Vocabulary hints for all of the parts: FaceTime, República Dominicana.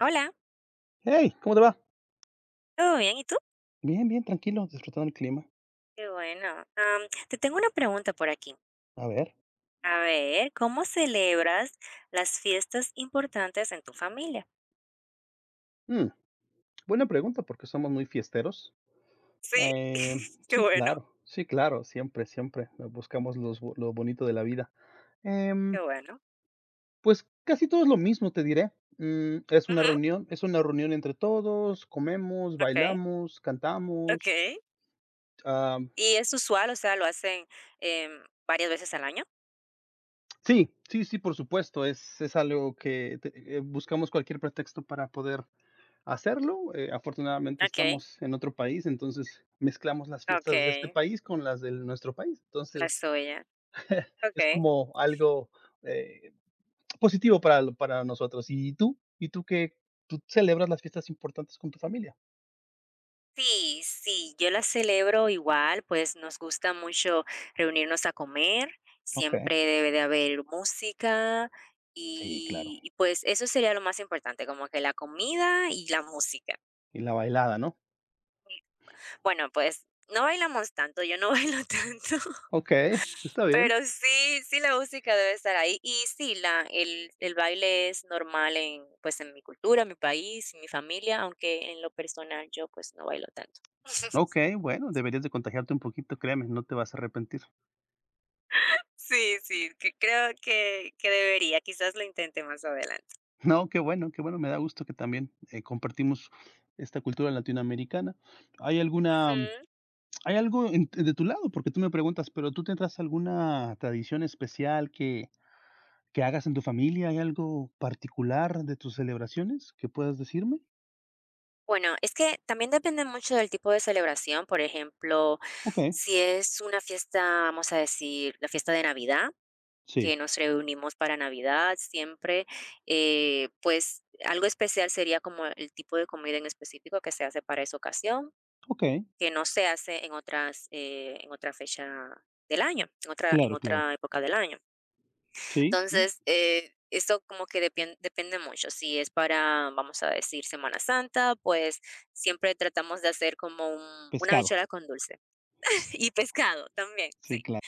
Hola, Hey, ¿cómo te va? ¿todo bien? ¿Y tú? Bien, bien, tranquilo, disfrutando el clima. Qué bueno. Am, te tengo una pregunta por aquí. A ver. A ver, ¿cómo celebras las fiestas importantes en tu familia? Mm, Buena pregunta porque somos muy fiesteros. Sí, Eh, qué sí, bueno. claro, sí, claro, siempre, buscamos los lo bonito de la vida. Em, Qué bueno. pues casi todo es lo mismo, te diré. Es una Ujú. reunión, es una reunión entre todos, comemos, Ok, bailamos, cantamos. ok. ah, ¿Y es usual? O sea, ¿lo hacen varias veces al año? sí, sí, sí, por supuesto, es algo que buscamos cualquier pretexto para poder hacerlo. Afortunadamente Ok, estamos en otro país, entonces mezclamos las ok. fiestas de este país con las de nuestro país. La Entonces, suya. es Ok. como algo eh, positivo para, para nosotros. ¿Y tú? ¿Y tú qué? ¿Tú celebras las fiestas importantes con tu familia? Sí, sí, yo las celebro igual, pues nos gusta mucho reunirnos a comer, Ok, siempre debe de haber música sí, claro. y pues eso sería lo más importante, como que la comida y la música. Y la bailada, ¿no? Bueno, pues no bailamos tanto, yo no bailo tanto, Ok, está bien. pero sí, sí la música debe estar ahí y sí, la, el baile es normal en, pues en mi cultura, mi país, mi familia, aunque en lo personal yo pues no bailo tanto. Ok, bueno, deberías de contagiarte un poquito, créeme, no te vas a arrepentir. Sí, sí, que creo que debería, quizás lo intente más adelante. No, qué bueno, me da gusto que también compartimos esta cultura latinoamericana. ¿Hay alguna Ujú. Hay algo en de tu lado, porque tú me preguntas, pero ¿tú tendrás alguna tradición especial que hagas en tu familia? ¿Hay algo particular de tus celebraciones que puedas decirme? Bueno, es que también depende mucho del tipo de celebración, por ejemplo, Okey, si es una fiesta, vamos a decir, la fiesta de Navidad, que sí, nos reunimos para Navidad siempre, pues, algo especial sería como el tipo de comida en específico que se hace para esa ocasión, okey, que no se hace en otras, en otra fecha del año, en otra en claro, claro. otra época del año. Sí, sí, Entonces, esto como que depende mucho. Si es para, vamos a decir, Semana Santa, pues siempre tratamos de hacer como una pescado, habichuela con dulce. Y pescado también, sí, sí. claro.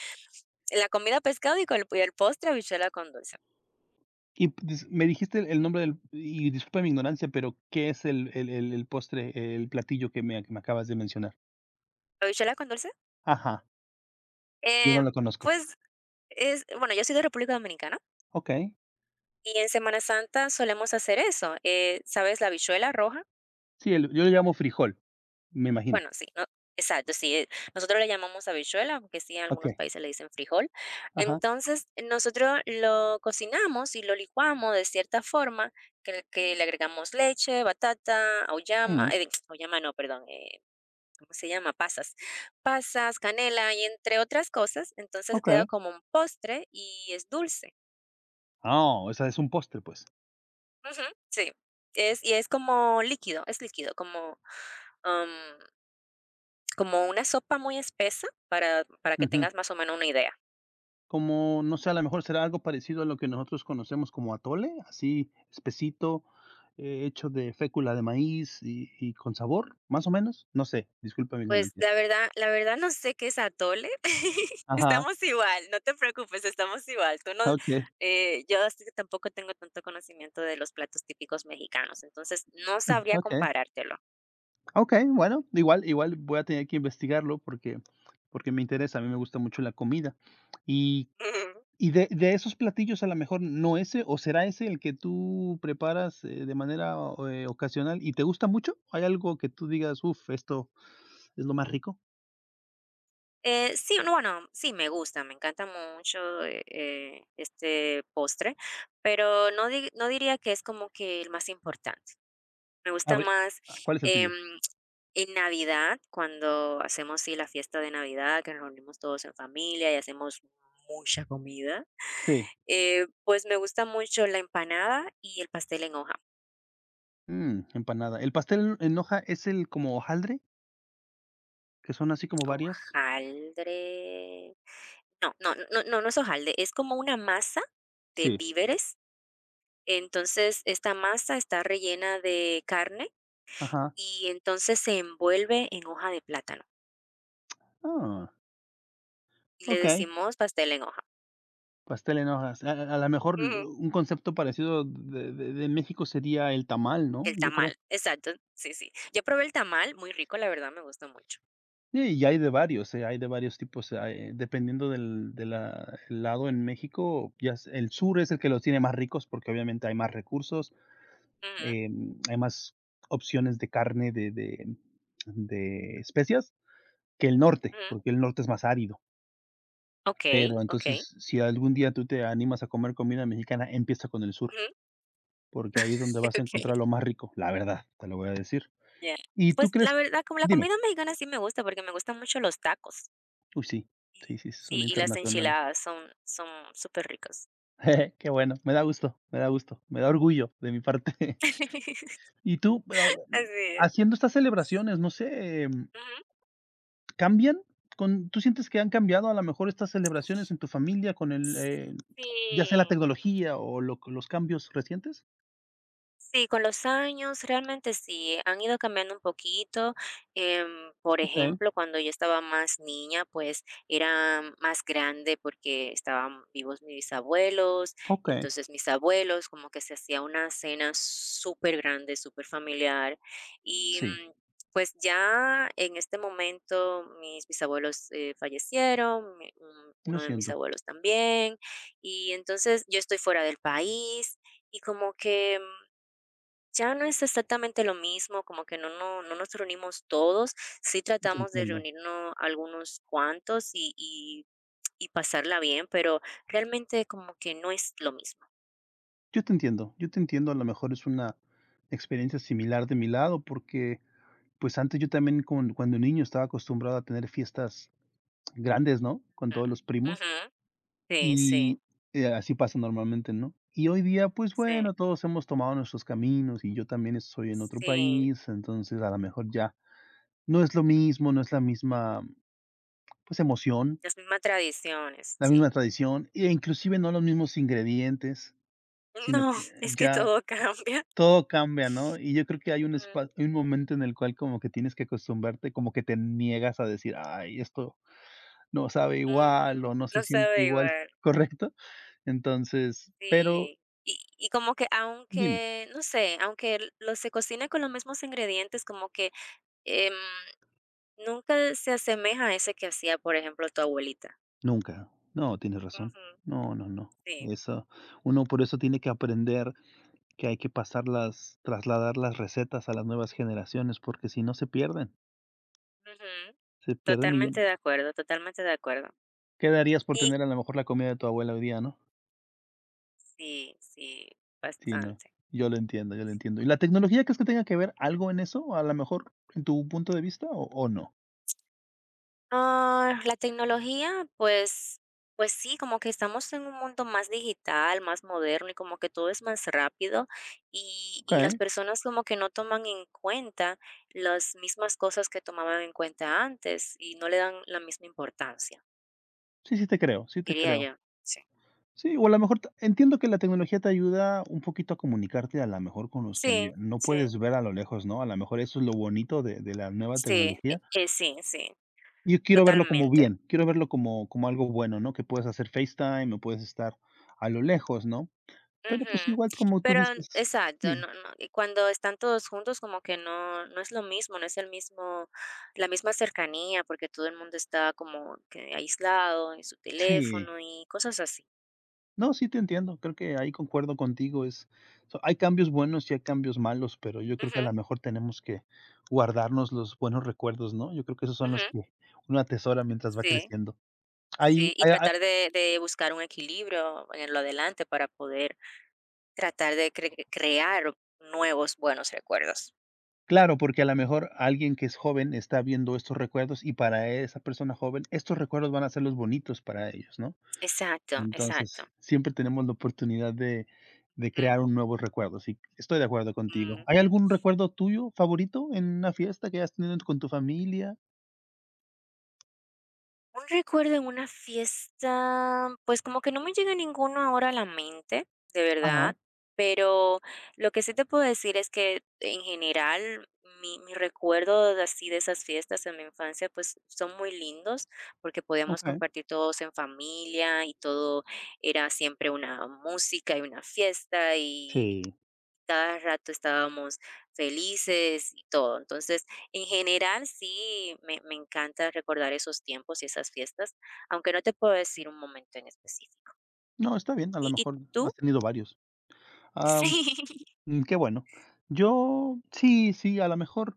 La comida pescado y con el, y el postre habichuela con dulce. Y p- dis me dijiste el nombre del y disculpa mi ignorancia, pero ¿qué es el postre, el platillo que me acabas de mencionar? ¿Habichuela con dulce? Ajá, yo Eh, no lo conozco. pues es, bueno, yo soy de República Dominicana Okey. y en Semana Santa solemos hacer eso. ¿Sabes la habichuela roja? Sí, el yo lo llamo frijol, me imagino. Bueno, sí, no, exacto, sí, nosotros le llamamos habichuela, aunque sí en algunos Okey, países le dicen frijol. ajá, Entonces, nosotros lo cocinamos y lo licuamos de cierta forma, que le agregamos leche, batata, auyama, mm, auyama no, perdón, ¿cómo se llama? Pasas, pasas, canela y entre otras cosas. Entonces queda okey. como un postre y es dulce. Ah, o sea, es un postre, pues. Ujú, sí, es, y es como líquido, es líquido, como... um, Como una sopa muy espesa para que Ujú. tengas más o menos una idea. Como, no sé, a lo mejor será algo parecido a lo que nosotros conocemos como atole, así espesito, hecho de fécula de maíz y con sabor, más o menos. No sé, disculpa mi Pues, ignorancia. La verdad no sé qué es atole. Ajá, Estamos igual, no te preocupes, estamos igual. Tú no. okay, Yo así que tampoco tengo tanto conocimiento de los platos típicos mexicanos, entonces no sabría okay, comparártelo. okay, bueno, igual, igual voy a tener que investigarlo porque, porque me interesa, a mí me gusta mucho la comida. Y Ujú. Y de esos platillos, a lo mejor, ¿no ese o será ese el que tú preparas, de manera, o ocasional y te gusta mucho? ¿Hay algo que tú digas: "Uf, esto es lo más rico"? Sí, no, bueno, sí me gusta, me encanta mucho, este postre, pero no diría que es como que el más importante. Me A gusta ver, más, ah, ¿cuál es el em, tuyo? en Navidad, cuando hacemos, sí, la fiesta de Navidad, que nos reunimos todos en familia y hacemos mucha comida, Sí. Pues, me gusta mucho la empanada y el pastel en hoja. Mm, empanada. ¿El pastel en hoja es el como hojaldre, que son así como varias? Hojaldre no, no no no no es hojaldre, es como una masa de Sí. víveres. Entonces, esta masa está rellena de carne Ajá. y entonces se envuelve en hoja de plátano, Ah, y le okey. decimos pastel en hoja. Pastel en hojas. A la mejor, un concepto parecido de México sería el tamal, ¿no? El Yo creo. tamal, exacto, sí, sí. Yo probé el tamal, muy rico, la verdad me gustó mucho. Sí, y hay de varios tipos, hay dependiendo del de la el lado en México, ya s el sur es el que los tiene más ricos, porque obviamente hay más recursos, Ujú, hay más opciones de carne de especias que el norte, ujú. porque el norte es más árido. Okey, Pero okey. entonces, si algún día tú te animas a comer comida mexicana, empieza con el sur, Ujú. porque ahí es donde vas a Okey. encontrar lo más rico, la verdad, te lo voy a decir. Ya. ¿Y tú Pues, la crees? verdad, como la Dime. comida mexicana sí me gusta, porque me gustan mucho los tacos. Uy, sí, Y sí, sí, son sí, y las internacionales. enchiladas son superricas. Qué bueno, me da gusto, me da gusto, me da orgullo de mi parte. Y tú, pero, Así es. haciendo estas celebraciones, no sé, Ujú. ¿cambian? Con ¿Tú sientes que han cambiado a lo mejor estas celebraciones en tu familia con ya sea la Sí. tecnología o lo los cambios recientes? Sí, con los años realmente sí, han ido cambiando un poquito. Por Okey, ejemplo, cuando yo estaba más niña, pues era más grande porque estaban vivos mis bisabuelos, y okey. entonces mis abuelos como que se hacía una cena súper grande, súper familiar. Y Sí, pues ya en este momento mis bisabuelos fallecieron, lo uno de mis siento, abuelos también, y entonces yo estoy fuera del país y como que ya no es exactamente lo mismo, como que no nos reunimos todos, sí yo te tratamos de entiendo. reunirnos algunos cuantos y pasarla bien, pero realmente como que no es lo mismo. Yo te entiendo, yo te entiendo, a lo mejor es una experiencia similar de mi lado, porque, pues, antes yo también con cuando niño estaba acostumbrado a tener fiestas grandes, ¿no? Con todos Mm, los primos. ujú. Sí, sí, Y, Así pasa normalmente, ¿no? Y hoy día, pues sí, bueno, todos hemos tomado nuestros caminos y yo también estoy en otro sí, país, entonces a lo mejor ya no es lo mismo, no es la misma, pues, emoción, las mismas tradiciones, la sí. misma tradición, e inclusive no los mismos ingredientes, sino No, que es que ya todo cambia. todo cambia, ¿no? Y yo creo que hay un Mm, espa un momento en el cual como que tienes que acostumbrarte, como que te niegas a decir: "Ay, esto no sabe ujú. igual o no se No siente sabe igual", igual, ¿correcto? Entonces, pero sí. Y como que dime. aunque, no sé, aunque lo se cocine con los mismos ingredientes, como que, em nunca se asemeja a ese que hacía, por ejemplo, tu abuelita. Nunca. No, tienes razón. Ujú, No, no, no. sí. Eso, uno por eso tiene que aprender que hay que pasar las trasladar las recetas a las nuevas generaciones, porque si no se pierden, Ujú, se pierden totalmente no. de acuerdo, totalmente de acuerdo. ¿Qué darías por Y tener a lo mejor la comida de tu abuela hoy día, no? sí, sí, Sí, no, bastante. yo lo entiendo, yo lo entiendo. ¿Y la tecnología crees que tenga que ver algo en eso, a lo mejor en tu punto de vista o no? Ah, la tecnología, pues sí, como que estamos en un mundo más digital, más moderno y como que todo es más rápido, y las Okey, personas como que no toman en cuenta las mismas cosas que tomaban en cuenta antes y no le dan la misma importancia, sí, sí te creo, sí te diría creo. yo. Sí. Sí, o a la mejor t entiendo que la tecnología te ayuda un poquito a comunicarte a la mejor con los que Sí, ya no sí. puedes ver a lo lejos, ¿no? A la mejor eso es lo bonito de la nueva Sí, tecnología. Sí, sí, Yo quiero verlo como totalmente. bien, quiero verlo como algo bueno, ¿no? Que puedes hacer FaceTime o puedes estar a lo lejos, ¿no? Pero, pues, Ujú. igual como tú Pero dices, exacto, no bien, no, y cuando están todos juntos, como que no es lo mismo, no es el mismo la misma cercanía, porque todo el mundo está como que aislado en su sí. teléfono y cosas así. No, sí te entiendo, creo que ahí concuerdo contigo, es hay cambios buenos y hay cambios malos, pero yo creo que Ujú, a lo mejor tenemos que guardarnos los buenos recuerdos, ¿no? Yo creo que esos son los ujú. que uno atesora mientras va Sí, creciendo. sí, Ahí, y ah, ah, tratar de buscar un equilibrio en lo adelante para poder tratar de crear nuevos buenos recuerdos. claro, porque a lo mejor alguien que es joven está viendo estos recuerdos y para esa persona joven estos recuerdos van a ser los bonitos para ellos, ¿no? Exacto, exacto. Entonces, siempre tenemos la oportunidad de Ujú, crear un nuevo recuerdo, sí, estoy de acuerdo contigo. mm. ¿Hay algún recuerdo tuyo favorito en una fiesta que hayas tenido con tu familia? Un recuerdo en una fiesta, pues como que no me llega ninguno ahora a la mente, de Ajá, verdad, pero lo que sí te puedo decir es que en general mi recuerdo de así de esas fiestas en mi infancia pues son muy lindos porque podíamos okey. compartir todos en familia y todo era siempre una música y una fiesta y Sí. cada rato estábamos felices y todo. Entonces, en general, sí, me encanta recordar esos tiempos y esas fiestas, aunque no te puedo decir un momento en específico. No, está bien, a lo ¿Y mejor tú? has tenido varios. Am, Sí. Qué bueno. Yo sí, sí, a lo mejor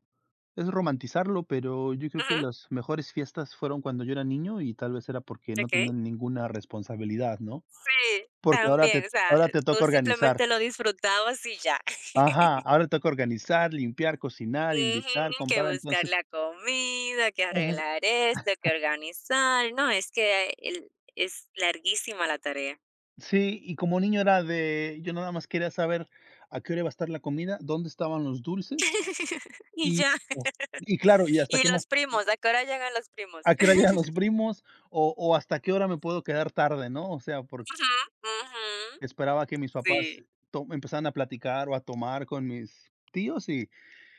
es romantizarlo, pero yo creo Ujú, que las mejores fiestas fueron cuando yo era niño y tal vez era porque no ok. tenía ninguna responsabilidad, ¿no? Sí, Porque ahora te también, o sea, Ahora te toca tú organizar. simplemente lo disfrutabas y ya. Ajá, ahora toca organizar, limpiar, cocinar, invitar, Ujú, que comprar, buscar entonces la comida, que Ujú. arreglar esto, que organizar. No, es que es larguísima la tarea. Sí, y como niño era de yo nada más quería saber a qué hora iba a estar la comida, dónde estaban los dulces Y y ya. os y claro, y hasta Y qué más los primos, ¿a qué hora llegan los primos? a qué hora llegan los primos o hasta qué hora me puedo quedar tarde, ¿no? O sea, porque Ujú, ujú, esperaba que mis sí, papás to empezaran a platicar o a tomar con mis tíos y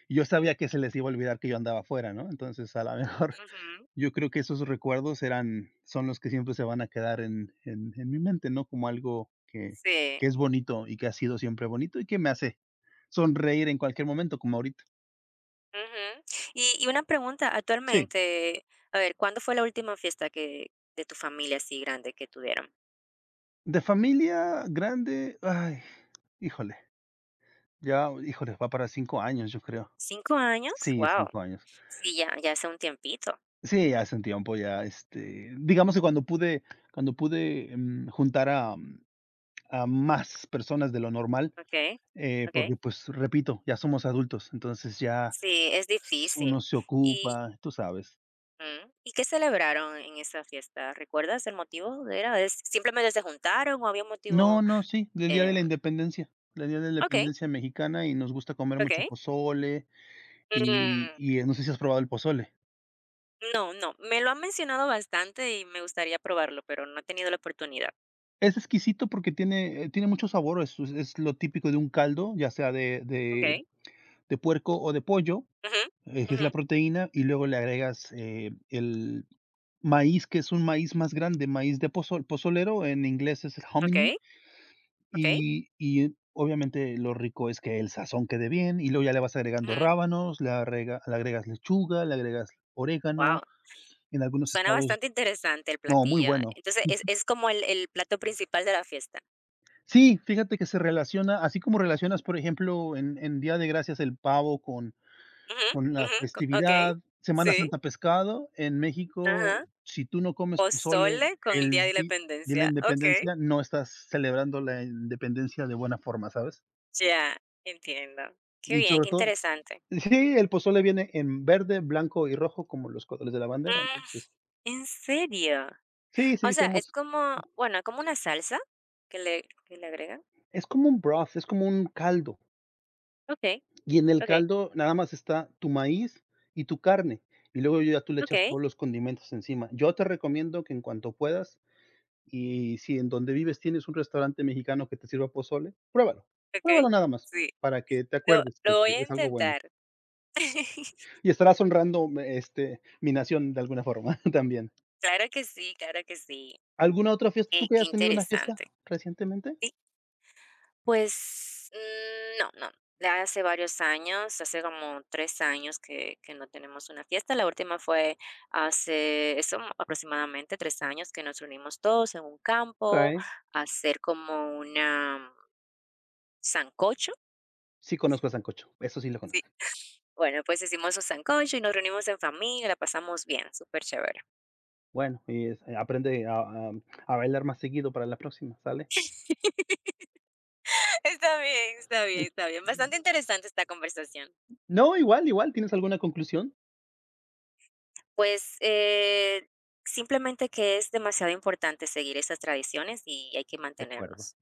yo sabía que se les iba a olvidar que yo andaba afuera, ¿no? Entonces, a la mejor ujú, Yo creo que esos recuerdos eran son los que siempre se van a quedar en mi mente, ¿no? Como algo que sí, es bonito y que ha sido siempre bonito y que me hace sonreír en cualquier momento, como ahorita. ujú. Y una pregunta, Sí, actualmente, a ver, ¿cuándo fue la última fiesta que de tu familia así grande que tuvieron? de familia grande, ay, híjole, ya, híjole, va para 5 años, yo creo. ¿5 años? Sí, Wow. 5 años. Sí, ya hace un tiempito. Sí, ya hace un tiempo ya, este, digamos que cuando pude, juntar a a más personas de lo normal, Okey, okey. porque, pues, repito, ya somos adultos, entonces ya Sí, es Uno difícil. se Y ocupa, tú sabes. ¿y qué celebraron en esa fiesta? ¿Recuerdas el motivo? ¿Era es simplemente se juntaron o había un motivo? No, no, sí, Em, el Día de la okey, Independencia mexicana, y nos gusta comer mucho okey. pozole, Mm. y, no sé si has probado el pozole. No, no, me lo han mencionado bastante y me gustaría probarlo, pero no he tenido la oportunidad. Es exquisito porque tiene, tiene mucho sabor, es lo típico de un caldo, ya sea Okey. de puerco o de pollo, Ujú, que es ujú. la proteína, y luego le agregas, el maíz, que es un maíz más grande, maíz de pozolero, en inglés es el hominy, Okey, okey. Y obviamente lo rico es que el sazón quede bien, y luego ya le vas agregando Ujú. rábanos, le agregas lechuga, le agregas Guau, orégano, en algunos suena estados bastante interesante el no, muy platillo. bueno. Entonces, Sí, es como el plato principal de la fiesta. sí, fíjate que se relaciona, así como relacionas, por ejemplo, en Día de Gracias el pavo con Ujú, la ujú, co okey, festividad, Semana sí, Santa pescado, en México, ajá. si tú no comes pozole Pozole con el Día el de la di día de la Independencia. Okey, independencia, no estás celebrando la independencia de buena forma, ¿sabes? ya, entiendo. Qué Y bien, sobre qué todo interesante. Sí, el pozole viene en verde, blanco y rojo como los colores de la bandera, Mm, entonces ¿en serio? sí, O sí, sea, es somos como, bueno, como una salsa que le agregan. es como un broth, es como un caldo, Okey, y en el okey. caldo nada más está tu maíz y tu carne, y luego ya tú le echas Okey, todos los condimentos encima. Yo te recomiendo que en cuanto puedas, y si en donde vives tienes un restaurante mexicano que te sirva pozole, pruébalo, okey, pruébalo nada más, sí, para que te lo acuerdes de lo voy que a es algo bueno, intentar. y estarás honrando, este, mi nación de alguna forma también. Claro que sí, ¿Alguna otra fiesta? ¿Tú qué que qué hayas tenido una fiesta interesante. recientemente? Sí. Pues, no, no, ya hace varios años, hace como 3 años que no tenemos una fiesta, la última fue hace eso, aproximadamente 3 años que nos reunimos todos en un campo Ok. a hacer como una sancocho, Sí conozco el sancocho, eso sí lo sí, conozco. bueno, pues hicimos un sancocho y nos reunimos en familia, la pasamos bien, superchévere. Bueno, y es aprende a a bailar más seguido para la próxima, ¿sale? Está bien, está bien, está bien. Bastante interesante esta conversación. No, igual, igual, ¿tienes alguna conclusión? Pues, simplemente que es demasiado importante seguir esas tradiciones y hay que De acuerdo. mantenerlos.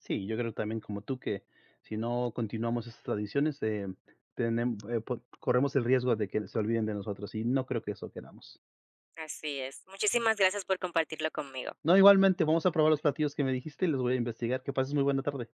Sí, yo creo también como tú que si no continuamos esas tradiciones, tenem po corremos el riesgo de que se olviden de nosotros y no creo que eso queramos. Así es. Muchísimas gracias por compartirlo conmigo. No, igualmente, vamos a probar los platillos que me dijiste y los voy a investigar. Que pases muy buena tarde.